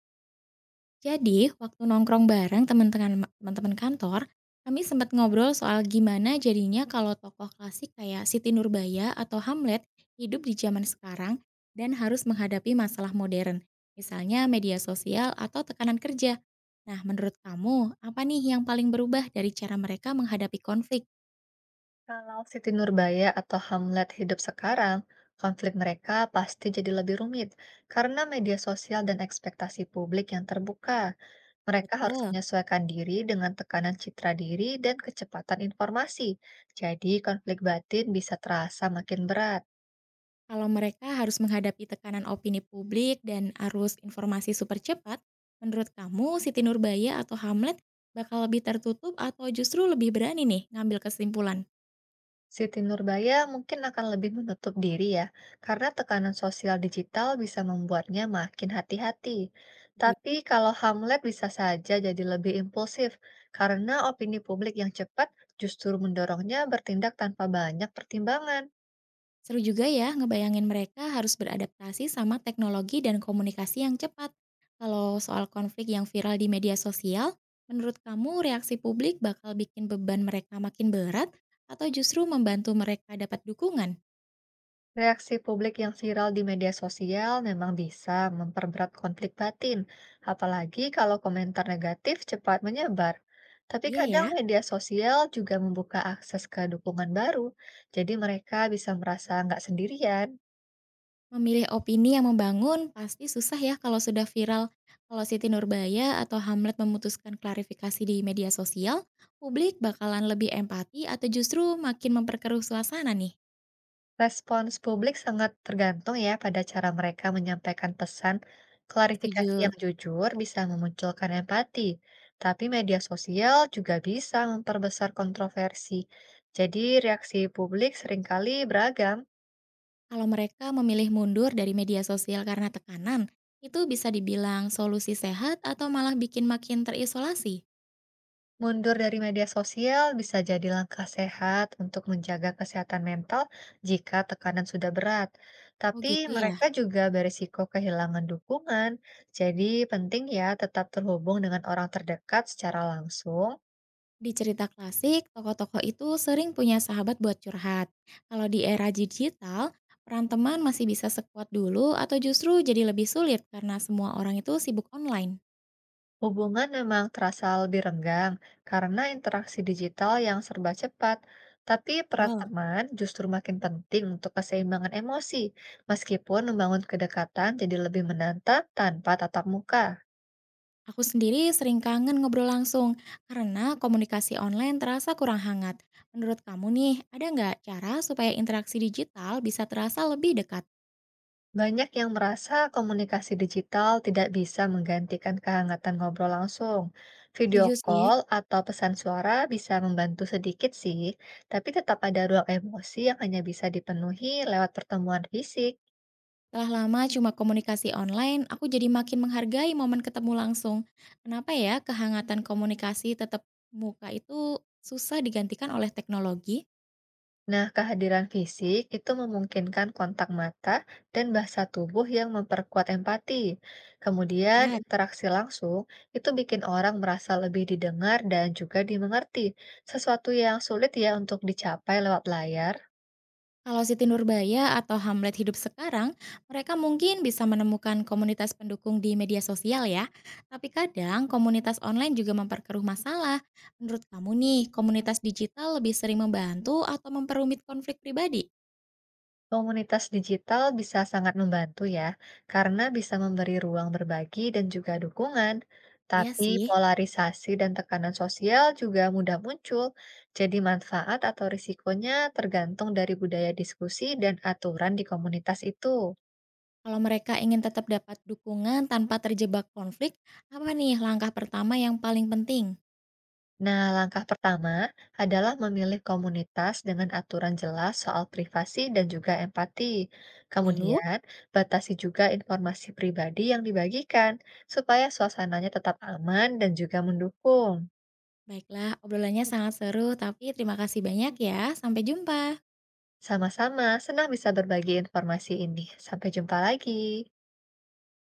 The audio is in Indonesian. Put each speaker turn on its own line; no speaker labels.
Jadi, waktu nongkrong bareng teman-teman kantor, kami sempat ngobrol soal gimana jadinya kalau tokoh klasik kayak Siti Nurbaya atau Hamlet hidup di zaman sekarang dan harus menghadapi masalah modern, misalnya media sosial atau tekanan kerja. Nah, menurut kamu, apa nih yang paling berubah dari cara mereka menghadapi konflik?
Kalau Siti Nurbaya atau Hamlet hidup sekarang, konflik mereka pasti jadi lebih rumit karena media sosial dan ekspektasi publik yang terbuka. Mereka harus
Betul.
menyesuaikan diri dengan tekanan citra diri dan kecepatan informasi. Jadi, konflik batin bisa terasa makin berat.
Kalau mereka harus menghadapi tekanan opini publik dan arus informasi super cepat, menurut kamu Siti Nurbaya atau Hamlet bakal lebih tertutup atau justru lebih berani nih ngambil kesimpulan?
Siti Nurbaya mungkin akan lebih menutup diri ya, karena tekanan sosial digital bisa membuatnya makin hati-hati.
Betul.
Tapi kalau Hamlet bisa saja jadi lebih impulsif, karena opini publik yang cepat justru mendorongnya bertindak tanpa banyak pertimbangan.
Seru juga ya ngebayangin mereka harus beradaptasi sama teknologi dan komunikasi yang cepat. Kalau soal konflik yang viral di media sosial, menurut kamu reaksi publik bakal bikin beban mereka makin berat atau justru membantu mereka dapat dukungan?
Reaksi publik yang viral di media sosial memang bisa memperberat konflik batin, apalagi kalau komentar negatif cepat menyebar. Tapi
Iya
kadang
ya.
media sosial juga membuka akses ke dukungan baru, jadi mereka bisa merasa nggak sendirian.
Memilih opini yang membangun pasti susah ya kalau sudah viral. Kalau Siti Nurbaya atau Hamlet memutuskan klarifikasi di media sosial, publik bakalan lebih empati atau justru makin memperkeruh suasana nih.
Respons publik sangat tergantung ya pada cara mereka menyampaikan pesan. Klarifikasi
Setuju.
yang jujur bisa memunculkan empati, tapi media sosial juga bisa memperbesar kontroversi. Jadi, reaksi publik seringkali beragam.
Kalau mereka memilih mundur dari media sosial karena tekanan, itu bisa dibilang solusi sehat atau malah bikin makin terisolasi.
Mundur dari media sosial bisa jadi langkah sehat untuk menjaga kesehatan mental jika tekanan sudah berat.
Oh
Tapi
gitu ya.
mereka juga berisiko kehilangan dukungan. Jadi, penting ya tetap terhubung dengan orang terdekat secara langsung.
Di cerita klasik, tokoh-tokoh itu sering punya sahabat buat curhat. Kalau di era digital, peran teman masih bisa sekuat dulu atau justru jadi lebih sulit karena semua orang itu sibuk online.
Hubungan memang terasa lebih renggang karena interaksi digital yang serba cepat. Tapi peran
Wah,
teman justru makin penting untuk keseimbangan emosi, meskipun membangun kedekatan jadi lebih menantang tanpa tatap muka.
aku sendiri sering kangen ngobrol langsung karena komunikasi online terasa kurang hangat. Menurut kamu nih, ada nggak cara supaya interaksi digital bisa terasa lebih dekat?
Banyak yang merasa komunikasi digital tidak bisa menggantikan kehangatan ngobrol langsung. Video
Setuju sih.
call atau pesan suara bisa membantu sedikit sih, tapi tetap ada ruang emosi yang hanya bisa dipenuhi lewat pertemuan fisik.
Setelah lama cuma komunikasi online, aku jadi makin menghargai momen ketemu langsung. Kenapa ya kehangatan komunikasi tetap muka itu susah digantikan oleh teknologi?
Nah, kehadiran fisik itu memungkinkan kontak mata dan bahasa tubuh yang memperkuat empati. Kemudian,
Benar.
interaksi langsung itu bikin orang merasa lebih didengar dan juga dimengerti, sesuatu yang sulit ya untuk dicapai lewat layar.
Kalau Siti Nurbaya atau Hamlet hidup sekarang, mereka mungkin bisa menemukan komunitas pendukung di media sosial ya. Tapi kadang komunitas online juga memperkeruh masalah. Menurut kamu nih, komunitas digital lebih sering membantu atau memperumit konflik pribadi?
Komunitas digital bisa sangat membantu ya, karena bisa memberi ruang berbagi dan juga dukungan.
Iya
Tapi
sih.
polarisasi dan tekanan sosial juga mudah muncul, jadi manfaat atau risikonya tergantung dari budaya diskusi dan aturan di komunitas itu.
Kalau mereka ingin tetap dapat dukungan tanpa terjebak konflik, apa nih langkah pertama yang paling penting?
Nah, langkah pertama adalah memilih komunitas dengan aturan jelas soal privasi dan juga empati.
Lalu,
Kemudian, batasi juga informasi pribadi yang dibagikan supaya suasananya tetap aman dan juga mendukung.
baiklah obrolannya sangat seru tapi terima kasih banyak ya, sampai jumpa.
Sama-sama, senang bisa berbagi informasi ini. Sampai jumpa lagi.